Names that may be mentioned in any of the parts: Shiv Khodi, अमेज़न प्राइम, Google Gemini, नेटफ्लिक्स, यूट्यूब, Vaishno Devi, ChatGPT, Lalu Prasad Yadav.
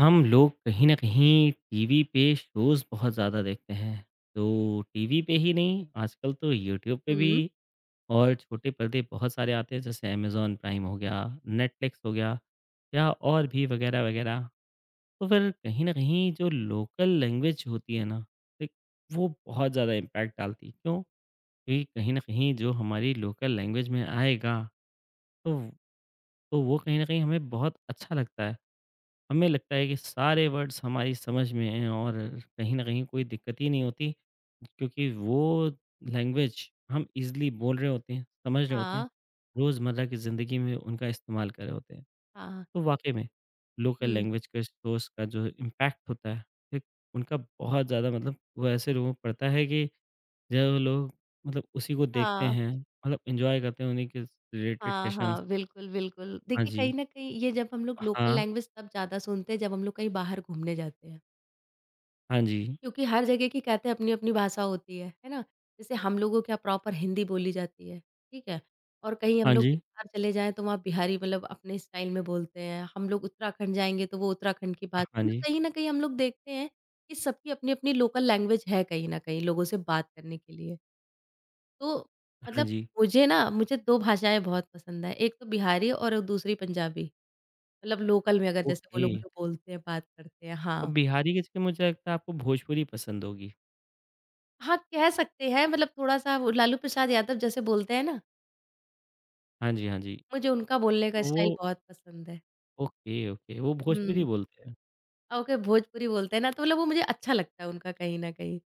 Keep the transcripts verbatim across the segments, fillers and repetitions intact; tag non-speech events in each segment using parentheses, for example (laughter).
हम लोग कहीं न कहीं TV पे shows बहुत ज़्यादा देखते हैं। तो टीवी पे ही नहीं, आजकल तो यूट्यूब पे भी हुँ। और छोटे पर्दे बहुत सारे आते हैं जैसे अमेज़न प्राइम हो गया, नेटफ्लिक्स हो गया या और भी वग़ैरह-वग़ैरह। तो फिर कहीं न कहीं जो लोकल लैंग्वेज होती है ना, एक वो बहुत ज़्यादा इम्पैक्ट डालती है। क्यों? क्योंकि कहीं न कहीं जो हमारी लोकल लैंग्वेज में आएगा तो तो वो कहीं न कहीं हमें बहुत अच्छा लगता है। हमें लगता है कि सारे वर्ड्स हमारी समझ में हैं और कहीं न कहीं कोई दिक्कत ही नहीं होती, क्योंकि वो लैंग्वेज हम ईज़िली बोल रहे होते हैं, समझ रहे होते हैं, हाँ, रोज़मर्रा की ज़िंदगी में उनका इस्तेमाल कर रहे होते हैं। हाँ, तो वाक़ई में लोकल हुँ। लैंग्वेज के सोर्स का जो इम्पैक्ट होता है, एक उनका बहुत ज़्यादा मतलब वो ऐसे लोगों पर पड़ता है कि जो लोग मतलब उसी को देखते हाँ, हैं, मतलब एन्जॉय करते हैं उन्हीं के रिलेटेड हाँ, सेशंस। हाँ, बिल्कुल, बिल्कुल। हाँ देखिए, जी। कहीं न कहीं ये जब हम लोग लोकल हाँ, लैंग्वेज तब ज़्यादा सुनते हैं, जब हम लोग कहीं बाहर घूमने जाते हैं। हाँ जी, क्योंकि हर जगह की कहते हैं अपनी-अपनी भाषा होती है, है ना? जैसे हम लोगों क्या प्रॉपर हिंदी बोली जाती है, ठीक है? और कहीं हम हाँ लोग जी, बिहार चले जाएँ, तो वहाँ बिहारी मतलब अपने स्टाइल में बोलते हैं। हम लोग उत्तराखंड जाएँगे, तो वो उत्तराखंड की हाँ भाषा जी, हाँ मतलब जी, कहीं न कहीं हम लोग देखते हैं कि सबकी अपनी-अपनी लोकल लैंग्वेज है कहीं न कहीं लोगों से बात करने के लिए। तो हाँ मतलब जी। मुझे ना मुझे दो भाषाएँ बहुत पसंद हैं, एक तो बिहारी और दूसरी पंजाबी। मतलब लोकल में अगर जैसे वो ओके। लोग जो बोलते हैं, बात करते हैं, और हाँ। बिहारी की जगह मुझे लगता है आपको भोजपुरी पसंद होगी। हाँ, कह सकते हैं मतलब थोड़ा-सा वो लालू प्रसाद यादव जैसे बोलते हैं ना, हाँ जी, हाँ जी। मुझे उनका बोलने का तो वो स्टाइल बहुत पसंद है। ओके, ओके, वो भोजपुरी हुँ। बोलते हैं। ओके भोजपुरी बोलते हैं ना तो मतलब वो मुझे अच्छा लगता है उनका कहीं न कहीं।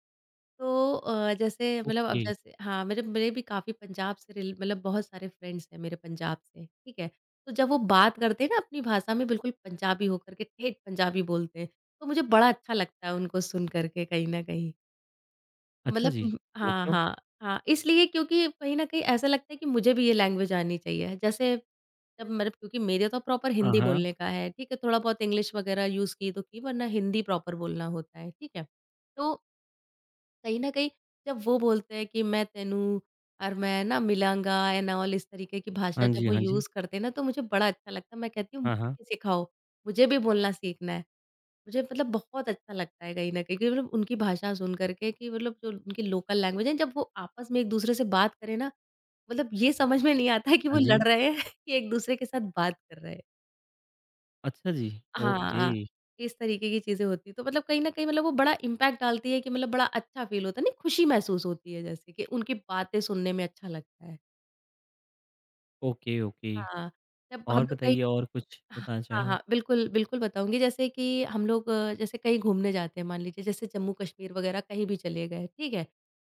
तो अ, जैसे मतलब अब ओके, जैसे हाँ, मेरे मेरे भी काफ़ी पंजाब से रिल मतलब बहुत सारे फ्रेंड्स हैं मेरे पंजाब से, ठीक है? तो जब वो बात करते हैं ना अपनी भाषा में बिल्कुल पंजाबी होकर के ठेठ पंजाबी बोलते हैं, तो मुझे बड़ा अच्छा लगता है उनको सुन कर के कहीं न कहीं। अच्छा मतलब जी। उम, वो हाँ, क्यों? हाँ, हाँ, इसलिए क्योंकि कहीं न कहीं ऐसा लगता है कि मुझे भी ये लैंग्वेज आनी चाहिए। जैसे जब मतलब क्योंकि मेरे तो प्रॉपर हाँ, हिंदी हाँ। बोलने का है, ठीक है? थोड़ा बहुत इंग्लिश वगैरह यूज़ की तो की वरना हिंदी प्रॉपर बोलना होता है, ठीक है? तो कहीं न कहीं जब वो बोलते हैं कि मैं तेनू और मैं ना मिलाँगा एंड ऑल इस तरीके की हाँ भाषा जब जी, वो हाँ जी। यूज़ करते हैं ना तो मुझे बड़ा अच्छा लगता है। मैं कहती हूँ हाँ, हाँ। मुझे सिखाओ, मुझे भी बोलना सीखना है। मुझे मतलब बहुत अच्छा लगता है कहीं न कहीं कि मतलब उनकी भाषा सुन कर के कि मतलब जो उनकी लोकल लैंग्वेज है, जब वो आपस में एक-दूसरे से बात करें ना, मतलब ये समझ में नहीं आता है कि वो हाँ (laughs) जी। लड़ रहे हैं (laughs) कि एक-दूसरे के साथ बात कर रहे हैं। अच्छा जी। हाँ, ओके, हाँ। इस तरीके की चीज़ें होती हैं। तो मतलब कहीं न कहीं मतलब वो बड़ा इम्पैक्ट डालती है कि मतलब बड़ा अच्छा फ़ील होता है नहीं खुशी महसूस होती है जैसे कि उनकी बातें सुनने में अच्छा लगता है। Okay, okay. हाँ, जब हम और लोग कहीं बताइए और कुछ हाँ, बताना हाँ, चाहें? हाँ, बिल्कुल, बिल्कुल बताऊँगी जैसे कि हम लोग अ, जैसे कहीं घूमने जाते हैं मान लीजिए जैसे जम्मू-कश्मीर वग़ैरह कहीं भी चले गए, ठीक है?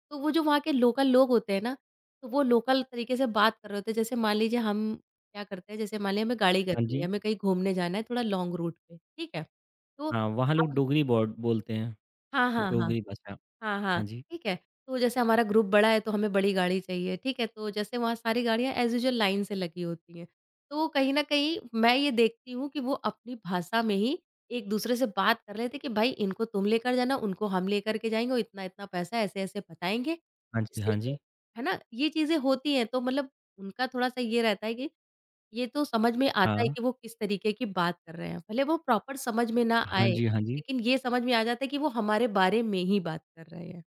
तो वो जो वहाँ के लोकल लोग होते हैं ना, तो वो लोकल तरीके से बात कर रहे होते हैं। जैसे मान लीजिए हम क्या करते हैं जैसे मान लिया हमें गाड़ी हाँ करनी है, जी। हमें कहीं घूमने जाना है थोड़ा लॉन्ग रूट पे, ठीक है? तो हाँ, वहाँ लोग अब डोगरी बोड बोलते हैं, हाँ, हाँ, हाँ। डोगरी भाषा। हाँ, हाँ, हाँ जी। ठीक है। तो जैसे हमारा ग्रुप बड़ा है तो हमें बड़ी गाड़ी चाहिए, ठीक है। तो जैसे वहाँ सारी गाड़ियाँ एज़ यूजुअल लाइन से लगी होती हैं। तो कहीं न कहीं मैं ये देखती हूँ कि वो अपनी भाषा में ही एक-दूसरे से बात कर रहे थे कि भाई इनको तुम लेकर जाना, उनको हम लेकर के जाएँगे और इतना-इतना पैसा ऐसे-ऐसे बताएँगे। हाँ जी, जिससे हाँ कि जी। है ना? ये चीज़ें होती हैं तो मतलब उनका थोड़ा-सा ये रहता है कि ये तो समझ में आता है हाँ। कि वो किस तरीके की बात कर रहे हैं। भले वो प्रॉपर समझ में ना हाँ आए, जी, हाँ जी। लेकिन ये समझ में आ जाता है कि वो हमारे बारे में ही बात कर रहे हैं।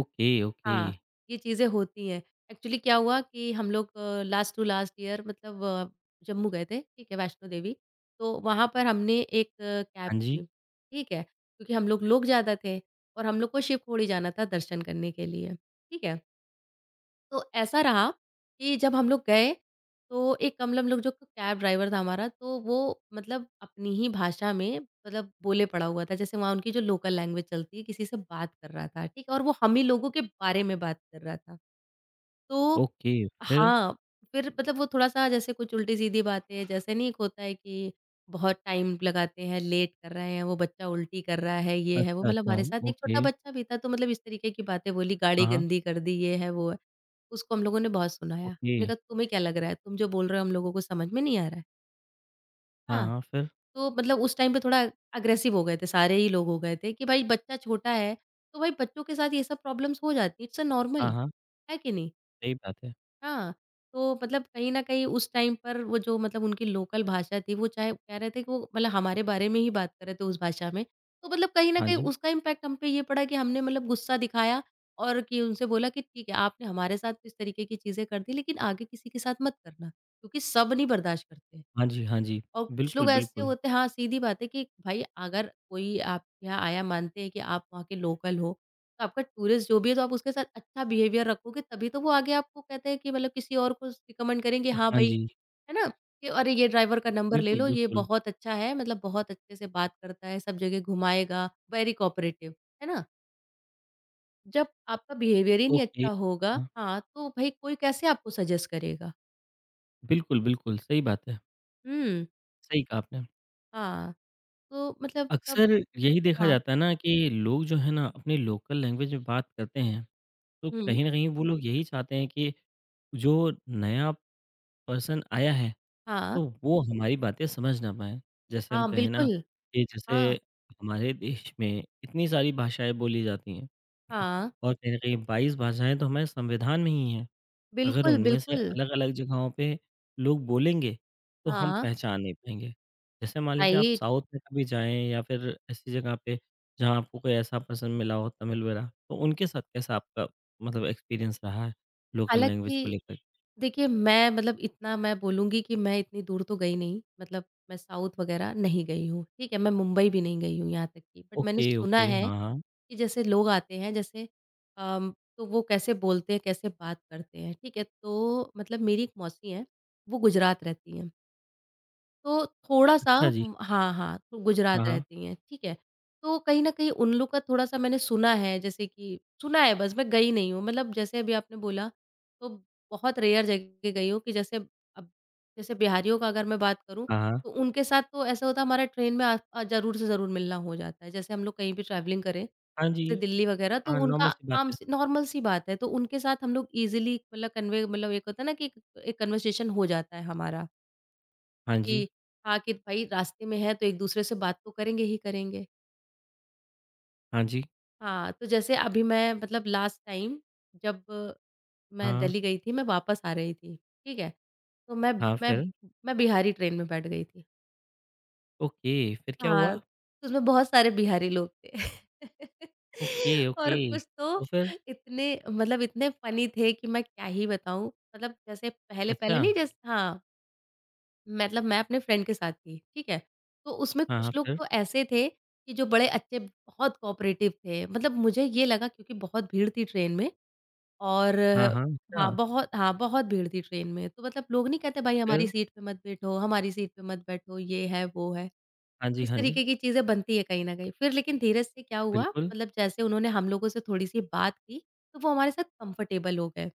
Okay, okay. हाँ, ये चीज़ें होती हैं। एक्चुअली क्या हुआ कि हम लोग अ, लास्ट टू लास्ट ईयर मतलब अ, जम्मू गए थे, ठीक है, वैष्णो देवी। तो वहाँ पर हमने एक कैब हाँ जी। की, ठीक है, क्योंकि हम लोग लोग ज़्यादा थे और हम लोग को शिव खोड़ी जाना था दर्शन करने के लिए, ठीक है। तो ऐसा रहा कि जब हम लोग गए, तो एक कम लम लोग जो कैब ड्राइवर था हमारा, तो वो मतलब अपनी ही भाषा में मतलब बोले पड़ा हुआ था। जैसे वहाँ उनकी जो लोकल लैंग्वेज चलती है, किसी से बात कर रहा था, ठीक है? और वो हम ही लोगों के बारे में बात कर रहा था। तो ओके, फिर? हाँ, फिर मतलब वो थोड़ा-सा जैसे कुछ उल्टी-सीधी बातें जैसे नहीं एक होता है कि बहुत टाइम लगाते हैं, लेट कर रहे हैं, वो बच्चा उल्टी कर रहा है, ये है, वो अच्छा, मतलब अच्छा। हमारे साथ एक ओके। छोटा बच्चा भी था तो मतलब इस तरीके की बातें बोली, हाँ, गाड़ी हाँ। गंदी कर दी, ये है, वो है। उसको हम लोगों ने बहुत सुनाया। ओके। हमने कहा तुम्हें क्या लग रहा है? तुम जो बोल रहे हो हम लोगों को समझ में नहीं आ रहा है। हाँ, हाँ, हाँ, फिर? तो मतलब उस टाइम पे थोड़ा अग्रेसिव हो गए थे, सारे ही लोग हो गए थे कि भाई बच्चा छोटा है, तो भाई बच्चों के साथ ये सब प्रॉब्लम्स हो जाती है, इट्स अ हाँ, नॉर्मल, हाँ, है कि नहीं? सही बात है। हाँ, तो मतलब कहीं न कहीं उस टाइम पर वो जो मतलब उनकी लोकल भाषा थी, वो चाहे कह रहे थे कि वो मतलब हमारे बारे में ही बात कर रहे थे उस भाषा में। तो मतलब कहीं न हाँ कहीं जी। उसका इम्पैक्ट हम पे ये पड़ा कि हमने मतलब गुस्सा दिखाया और कि उनसे बोला कि ठीक है, आपने हमारे साथ इस तरीके की चीज़ें कर दी, लेकिन आगे किसी के साथ मत करना, क्योंकि सब नहीं बर्दाश्त करते। हाँ जी, हाँ जी। और कुछ बिल्कुल, लोग ऐसे बिल्कुल। होते हैं हाँ, सीधी बात है कि भाई अगर कोई आपके यहाँ आया मानते हैं कि आप वहाँ के लोकल हो, तो आपका टूरिस्ट जो भी है तो आप उसके साथ अच्छा बिहेवियर रखोगे तभी तो वो आगे आपको कहते हैं कि मतलब किसी और को रिकमेंड करेंगे हाँ हाँ भाई, जी। है ना? कि अरे ये ड्राइवर का नंबर ले बिल्कुल, लो, ये बिल्कुल। बहुत अच्छा है मतलब बहुत अच्छे से बात करता है, सब जगह घुमाएगा, वेरी कोऑपरेटिव, है ना? जब आपका बिहेवियर ही नहीं ओके। अच्छा होगा हाँ, हाँ, तो भाई कोई कैसे आपको सजेस्ट करेगा? बिल्कुल, बिल्कुल, सही बात है। हुँ, सही कहा आपने। हाँ, तो मतलब तब अक्सर यही देखा हाँ, जाता है ना कि लोग जो है ना अपनी लोकल लैंग्वेज में बात करते हैं, तो हुँ, कहीं न कहीं वो लोग यही चाहते हैं कि जो नया पर्सन आया है हाँ। तो वो हमारी बातें समझ ना पाएँ। जैसे हम हाँ, कहें ना बिल्कुल। कि हाँ, जैसे हमारे देश में इतनी सारी भाषाएँ बोली जाती हैं, ठीक है? हाँ। और कहीं न कहीं बाईस भाषाएँ तो हमारे संविधान में ही हैं। अगर बिल्कुल, उनमें से बिल्कुल। अलग-अलग जगहों पे लोग बोलेंगे, तो हम हाँ, पहचान नहीं पाएँगे। जैसे मान लीजिए आप राइट। साउथ में कभी जाएँ या फिर ऐसी जगह पे जहाँ आपको कोई ऐसा पर्सन मिला हो तमिल वगैरह, तो उनके साथ कैसा आपका मतलब एक्सपीरियंस रहा है लोकल लैंग्वेज को हालाँकि लेकर? देखिए, मैं मतलब इतना मैं बोलूँगी कि मैं इतनी दूर तो गई नहीं, मतलब मैं साउथ वग़ैरह नहीं गई हूँ, ठीक है? मैं मुंबई भी नहीं गई हूँ यहाँ तक कि। बट मैंने ओके, सुना ओके। है हाँ, हाँ। कि जैसे लोग आते हैं, जैसे अम, तो वो कैसे बोलते हैं, कैसे बात करते हैं, ठीक है? तो मतलब मेरी एक मौसी हैं, वो गुजरात रहती हैं। तो थोड़ा-सा अच्छा जी। उम, हाँ, हाँ, तो हाँ, गुजरात हाँ। रहती हैं, ठीक है। तो कहीं न कहीं उन लोग का थोड़ा-सा मैंने सुना है जैसे कि सुना है बस मैं गई नहीं हूँ, मतलब जैसे अभी आपने बोला तो बहुत रेयर जगह गई हूँ कि जैसे अब जैसे बिहारियों का अगर मैं बात करूँ, हाँ, हाँ। तो उनके साथ तो ऐसा होता है हमारा ट्रेन में आ अ, ज़रूर से ज़रूर मिलना हो जाता है। जैसे हम लोग कहीं भी ट्रैवलिंग करें, हाँ जी। जैसे दिल्ली वगैरह तो हाँ, नॉर्मल उनका सी बात आम है। सी नॉर्मल सी बात है, तो उनके साथ हम लोग ईज़िली मतलब कन्वे मतलब एक होता है ना कि एक एक कन्वर्सेशन हो जाता है हमारा। हाँ कि जी, हाँ, कि भाई रास्ते में हैं तो एक-दूसरे से बात तो करेंगे ही करेंगे। हाँ जी, हाँ, तो जैसे अभी मैं मतलब लास्ट टाइम जब मैं हाँ, दिल्ली गई थी, मैं वापस आ रही थी, ठीक है? तो मैं हाँ मैं फिर? मैं बिहारी ट्रेन में बैठ गई थी। ओके, फिर क्या हाँ, हुआ? तो उसमें बहुत सारे बिहारी लोग थे। (laughs) Okay, okay. और कुछ तो तो फिर? इतने मतलब इतने फ़नी थे कि मैं क्या ही बताऊँ। मतलब जैसे अच्छा, पहले-पहले नहीं जैसे हाँ। मतलब मैं अपने फ्रेंड के साथ थी, ठीक है? तो उसमें हाँ, कुछ हाँ, लोग फिर? तो ऐसे थे कि जो बड़े अच्छे, बहुत कोऑपरेटिव थे। मतलब मुझे ये लगा क्योंकि बहुत भीड़ थी ट्रेन में। और हाँ, हाँ, अच्छा, हाँ, बहुत, हाँ, बहुत भीड़ थी ट्रेन में। तो मतलब लोग नहीं कहते भाई फिर? हमारी सीट पे मत बैठो, हमारी सीट पे मत बैठो, ये है, वो है। हाँ जी, इस हाँ जी, तरीके की चीज़ें बनती है कहीं न कहीं। फिर लेकिन धीरे से क्या हुआ बिल्कुल, मतलब जैसे उन्होंने हम लोगों से थोड़ी-सी बात की, तो वो हमारे साथ कंफर्टेबल हो गए।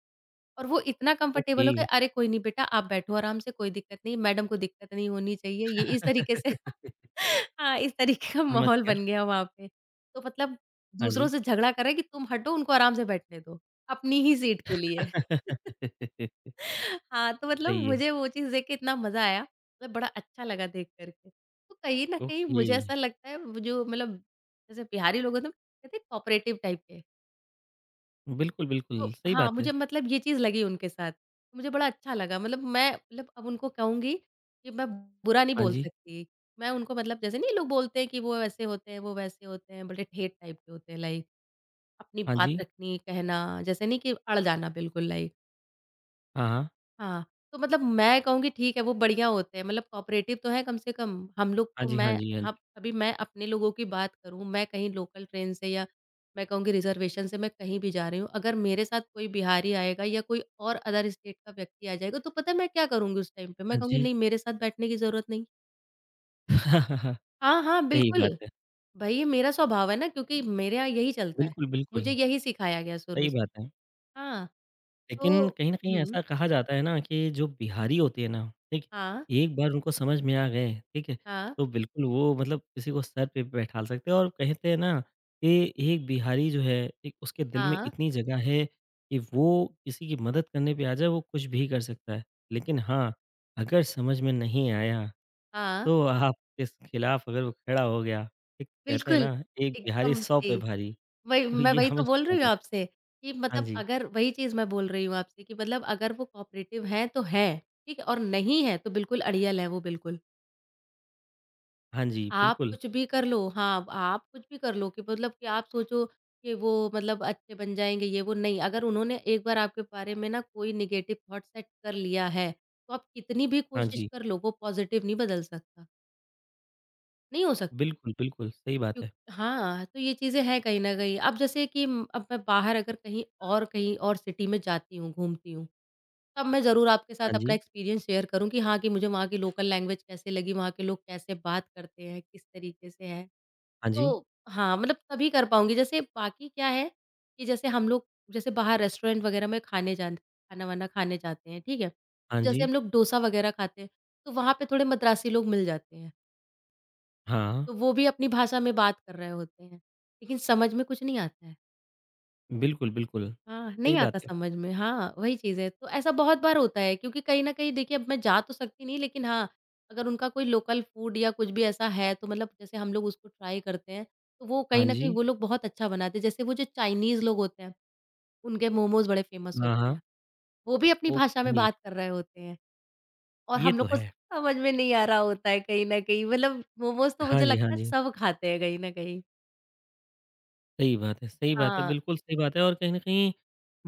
और वो इतना कंफर्टेबल ओके। हो गए, "अरे कोई नहीं बेटा, आप बैठो आराम से, कोई दिक्कत नहीं, मैडम को दिक्कत नहीं होनी चाहिए।" ये इस तरीके से। (laughs) (laughs) हाँ, इस तरीके का समझ माहौल गया, बन गया वहाँ पे। तो मतलब हाँ दूसरों जी। से झगड़ा कर रहे हैं कि तुम हटो, उनको आराम से बैठने दो, अपनी ही सीट के लिए। (laughs) (laughs) हाँ, तो मतलब सही है, मुझे वो चीज़ देख के इतना मज़ा आया, मतलब बड़ा अच्छा लगा देख कर के। तो कहीं न कहीं ओके। मुझे ऐसा लगता है वो जो मतलब जैसे बिहारी लोग होते हैं, कहते हैं कोऑपरेटिव टाइप के। बिल्कुल, बिल्कुल, तो सही हाँ, बात है। मुझे मतलब ये चीज़ लगी उनके साथ। मुझे बड़ा अच्छा लगा, मतलब मैं मतलब अब उनको कहूँगी कि मैं बुरा नहीं हाँ बोल जी, सकती। मैं उनको मतलब जैसे नहीं, लोग बोलते हैं कि वो ऐसे होते हैं, वो वैसे होते हैं, बड़े ठेठ टाइप के होते हैं लाइक अपनी हाँ बात जी, रखनी, कहना, जैसे नहीं कि अड़ जाना बिल्कुल लाइक। हाँ, हाँ, हाँ, तो मतलब मैं कहूँगी ठीक है वो बढ़िया होते हैं, मतलब कोऑपरेटिव तो हैं कम से कम। हम लोग हाँ तो जी, हाँ मैं जी, हाँ जी, हम अभी, मैं अपने लोगों की बात करूँ, मैं कहीं लोकल ट्रेन से या मैं कहूँगी रिज़र्वेशन से मैं कहीं भी जा रही हूँ, अगर मेरे साथ कोई बिहारी आएगा या कोई और अदर स्टेट का व्यक्ति आ जाएगा, तो पता है मैं क्या करूँगी उस टाइम पे? मैं हाँ कहूँगी जी। नहीं, मेरे साथ बैठने की ज़रूरत नहीं। (laughs) हाँ, हाँ, सही बात बिल्कुल। है, भई ये मेरा स्वभाव है ना, क्योंकि मेरे यहाँ यही चलता है। बिल्कुल, बिल्कुल, मुझे यही सिखाया गया शुरू सही से। बात है। हाँ। तो लेकिन कहीं न कहीं हुँ, ऐसा कहा जाता है ना कि जो बिहारी होते हैं ना, ठीक? हाँ, एक बार उनको समझ में आ गए, ठीक है? हाँ, तो बिल्कुल वो मतलब किसी को सर पे बैठा सकते हैं और कहते हैं ना कि एक बिहारी जो है, एक उसके दिल में हाँ, इतनी जगह है कि वो किसी की मदद करने पे आ जाए, वो कुछ भी कर सकता है। लेकिन हाँ, अगर समझ में नहीं आया, हाँ। तो आपके स खिलाफ अगर वो खड़ा हो गया, ठीक? कहते हैं बिल्कुल, ना, एक बिहारी एकदम सौ पे सही। भारी, वही तो मैं ये वही तो हमेशा बोल कहा रही हूँ जाता आपसे कि है। हाँ मतलब जी। अगर वही चीज़ मैं बोल रही हूँ आपसे कि मतलब अगर वो कोऑपरेटिव हैं तो हैं, ठीक है? और नहीं हैं तो बिल्कुल अड़ियल हैं वो, बिल्कुल। हाँ जी, आप बिल्कुल। कुछ भी कर लो, हाँ, आप कुछ भी कर लो, कि मतलब कि आप सोचो कि वो मतलब अच्छे बन जाएँगे, ये वो नहीं, अगर उन्होंने एक बार आपके बारे में ना कोई नेगेटिव थॉट सेट कर लिया है, तो आप कितनी भी हाँ कोशिश जी। कर लो, वो पॉज़िटिव नहीं बदल सकता, नहीं हो सकता। बिल्कुल, बिल्कुल, सही बात क्यों है। हाँ, तो ये चीज़ें हैं कहीं न कहीं। अब जैसे कि म अब मैं बाहर अगर कहीं और कहीं और सिटी में जाती हूँ, घूमती हूँ, तब मैं ज़रूर आपके साथ हाँ अपना जी, एक्सपीरियंस शेयर करूँ कि हाँ, कि मुझे वहाँ की लोकल लैंग्वेज कैसे लगी, वहाँ के लोग कैसे बात करते हैं, किस तरीके से हैं। हाँ जी, तो हाँ, मतलब तभी कर पाऊँगी। जैसे बाकी क्या है कि जैसे हम लोग जैसे बाहर रेस्टोरेंट वगैरह में खाने जान खाना-वाना खाने जाते हैं, ठीक है? हाँ जैसे जी, हम लोग डोसा वगैरह खाते हैं, तो वहाँ पे थोड़े मद्रासी लोग मिल जाते हैं। हाँ, तो वो भी अपनी भाषा में बात कर रहे होते हैं, लेकिन समझ में कुछ नहीं आता है। बिल्कुल, बिल्कुल, हाँ, सही नहीं बात आता है। समझ में। हाँ, वही चीज़ है। तो ऐसा बहुत बार होता है क्योंकि कहीं न कहीं देखिए, अब मैं जा तो सकती नहीं, लेकिन हाँ, अगर उनका कोई लोकल फूड या कुछ भी ऐसा है तो मतलब जैसे हम लोग उसको ट्राई करते हैं, तो वो हाँ कहीं न कहीं जी, वो लोग बहुत अच्छा बनाते हैं। जैसे वो जो चाइनीज़ लोग होते हैं, उनके मोमोज़ बड़े फ़ेमस हाँ, होते हाँ, हैं। वो भी अपनी भाषा में ओके, बात कर रहे होते हैं और ये हम तो लोग को है। समझ में नहीं आ रहा होता है कहीं न कहीं। मतलब मोमोज़ तो हाँ मुझे जी, हाँ लगता है जी, सब खाते हैं कहीं न कहीं। सही बात है, सही बात है, हाँ, बिल्कुल सही बात है और कहीं न कहीं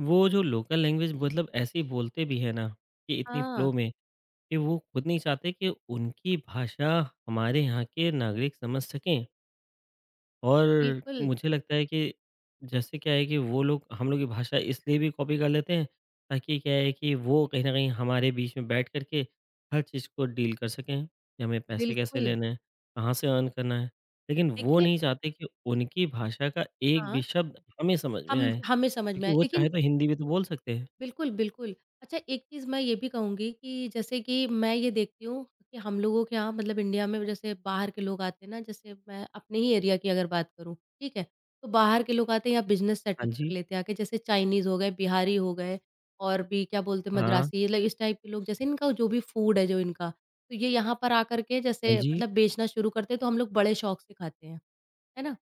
वो जो लोकल लैंग्वेज मतलब ऐसी बोलते भी हैं ना कि इतनी फ्लो हाँ। में कि वो खुद नहीं चाहते कि उनकी भाषा हमारे यहाँ के नागरिक समझ सकें। और बिल्कुल, मुझे लगता है कि जैसे क्या है कि वो लोग हम लोग की भाषा इसलिए भी कॉपी कर लेते हैं ताकि क्या है कि वो कहीं न कहीं हमारे बीच में बैठ कर के हर चीज़ को डील कर सकें, कि हमें पैसे कैसे बिल्कुल। लेने हैं, कहाँ से अर्न करना है। लेकिन वो देखिए, नहीं चाहते कि उनकी भाषा का एक भी हाँ, शब्द हमें समझ में हम आए, हमें समझ में क्योंकि आया वो चाहे लेकिन तो हिंदी भी तो बोल सकते हैं। बिल्कुल, बिल्कुल। अच्छा एक चीज़ मैं ये भी कहूँगी कि जैसे कि मैं ये देखती हूँ कि हम लोगों के यहाँ, मतलब इंडिया में, जैसे बाहर के लोग आते हैं ना, जैसे मैं अपने ही एरिया की अगर बात करूँ, ठीक है? तो बाहर के लोग आते हैं यहाँ, बिज़नेस हाँ सेटअप जी, कर लेते हैं आके, जैसे चाइनीज़ हो गए, बिहारी हो गए और भी क्या बोलते हैं हाँ, मद्रासी, मतलब इस टाइप के लोग, जैसे इनका जो भी फूड है जो इनका, तो ये यहाँ पर आकर के हाँ जैसे जी, मतलब बेचना शुरू करते हैं तो हम लोग बड़े शौक से खाते हैं। है ना?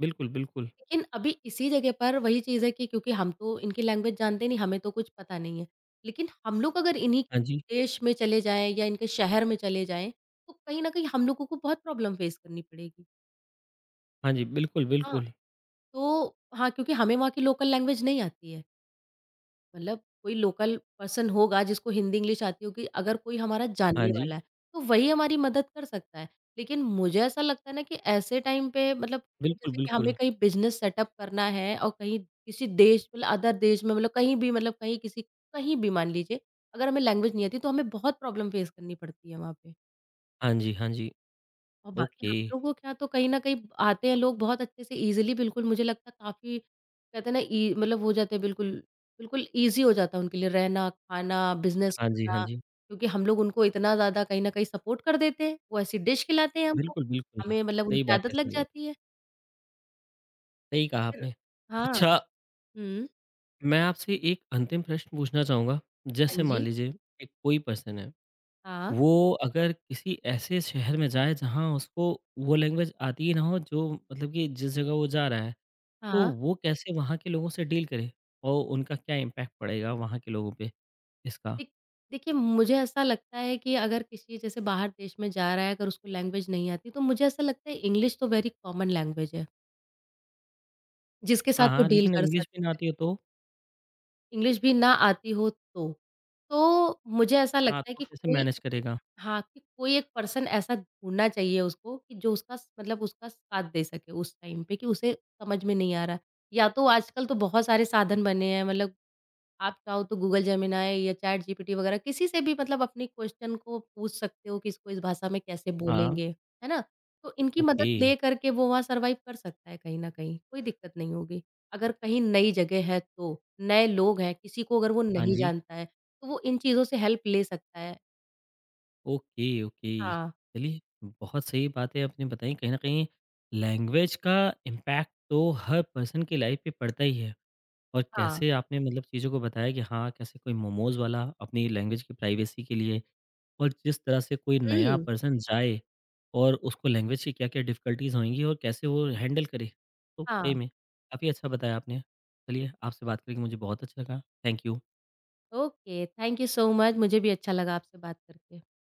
बिल्कुल, बिल्कुल। लेकिन अभी इसी जगह पर वही चीज़ है कि क्योंकि हम तो इनकी लैंग्वेज जानते नहीं, हमें तो कुछ पता नहीं है। लेकिन हम लोग अगर इन्हीं हाँ जी, देश में चले जाएँ या इनके शहर में चले जाएँ, तो कहीं न कहीं हम लोगों को बहुत प्रॉब्लम फेस करनी पड़ेगी। हाँ जी, बिल्कुल, हाँ, बिल्कुल। तो हाँ, क्योंकि हमें वहाँ की लोकल लैंग्वेज नहीं आती है। मतलब कोई लोकल पर्सन होगा जिसको हिंदी, इंग्लिश आती होगी, अगर कोई हमारा हाँ जानने जी, वाला है, तो वही हमारी मदद कर सकता है। लेकिन मुझे ऐसा लगता है ना कि ऐसे टाइम पे मतलब कोई, बिल्कुल, जैसे कि हमें बिल्कुल। कहीं बिज़नेस सेटअप करना है और कहीं किसी देश, मतलब अदर देश में, मतलब कहीं भी, मतलब कहीं किसी कहीं भी मान लीजिए, अगर हमें लैंग्वेज नहीं आती तो हमें बहुत प्रॉब्लम फेस करनी पड़ती है वहाँ पे। हाँ जी, हाँ जी, और बाकी ओके। हम लोगों के यहाँ तो कहीं न कहीं आते हैं लोग, बहुत अच्छे से ईज़िली, बिल्कुल मुझे लगता है काफ़ी कहते हैं ना, इ मतलब हो जाते हैं बिल्कुल, बिल्कुल ईज़ी हो जाता है उनके लिए रहना, खाना, बिज़नेस हाँ जी, हाँ करना, जी। क्योंकि हम लोग उनको इतना ज़्यादा कहीं न कहीं सपोर्ट कर देते हैं, वो ऐसी डिश खिलाते हैं हमको, बिल्कुल, बिल्कुल। हमें मतलब सही उनकी बात है, आदत लग सही बात है। जाती है। सही कहा फिर आपने। हाँ, अच्छा, हुँ। मैं आपसे एक अंतिम प्रश्न पूछना चाहूँगा। जैसे हाँ मान जी, लीजिए कि कोई पर्सन है, हाँ, वो अगर किसी ऐसे शहर में जाए जहाँ उसको वो लैंग्वेज आती ही ना हो जो मतलब कि जिस जगह वो जा रहा है, तो हाँ। वो कैसे वहाँ के लोगों से डील करे? और उनका क्या इम्पैक्ट पड़ेगा वहाँ के लोगों पे इसका? देख देखिए, मुझे ऐसा लगता है कि अगर किसी जैसे बाहर देश में जा रहा है, अगर उसको लैंग्वेज नहीं आती, तो मुझे ऐसा लगता है इंग्लिश तो वेरी कॉमन लैंग्वेज है। जिसके हाँ, साथ वो हाँ, डील लेकिन कर इंग्लिश भी सकता ना है, आती हो तो? इंग्लिश भी ना आती हो तो। तो मुझे ऐसा हाँ, लगता है तो कि कैसे कोई मैनेज करेगा? हाँ, कि कोई एक पर्सन ऐसा ढूँढना चाहिए उसको कि जो उसका स मतलब उसका साथ दे सके उस टाइम पे कि उसे समझ में नहीं आ रहा। या तो आजकल तो बहुत सारे साधन बने हैं मतलब आप चाहो तो गूगल जेमिनाई या चैट जीपीटी वगैरह किसी से भी, मतलब अपने क्वेश्चन को पूछ सकते हो कि इसको इस भाषा में कैसे हाँ, बोलेंगे, है ना? तो इनकी मदद ओके। ले करके वो वहाँ सर्वाइव कर सकता है कहीं न कहीं, कोई दिक्कत नहीं होगी। अगर कहीं नई जगह है तो, नए लोग हैं, किसी को अगर वो हाँ नहीं जी। जानता है, तो वो इन चीज़ों से हेल्प ले सकता है। Okay, okay. हाँ, चलिए, बहुत सही बातें आपने बताई। कहीं न कहीं लैंग्वेज का इम्पैक्ट तो हर पर्सन की लाइफ़ पे पड़ता ही है और हाँ। कैसे आपने मतलब चीज़ों को बताया कि हाँ, कैसे कोई मोमोज़ वाला अपनी लैंग्वेज की प्राइवेसी के लिए और जिस तरह से कोई नया हुँ, पर्सन जाए और उसको लैंग्वेज की क्या-क्या डिफ़िकल्टीज़ होएँगी और कैसे वो हैंडल करे। तो सही हाँ। में काफ़ी अच्छा बताया आपने। चलिए, आपसे बात करके मुझे बहुत अच्छा लगा। Thank you. Okay, thank you so much, मुझे भी अच्छा लगा आपसे बात करके।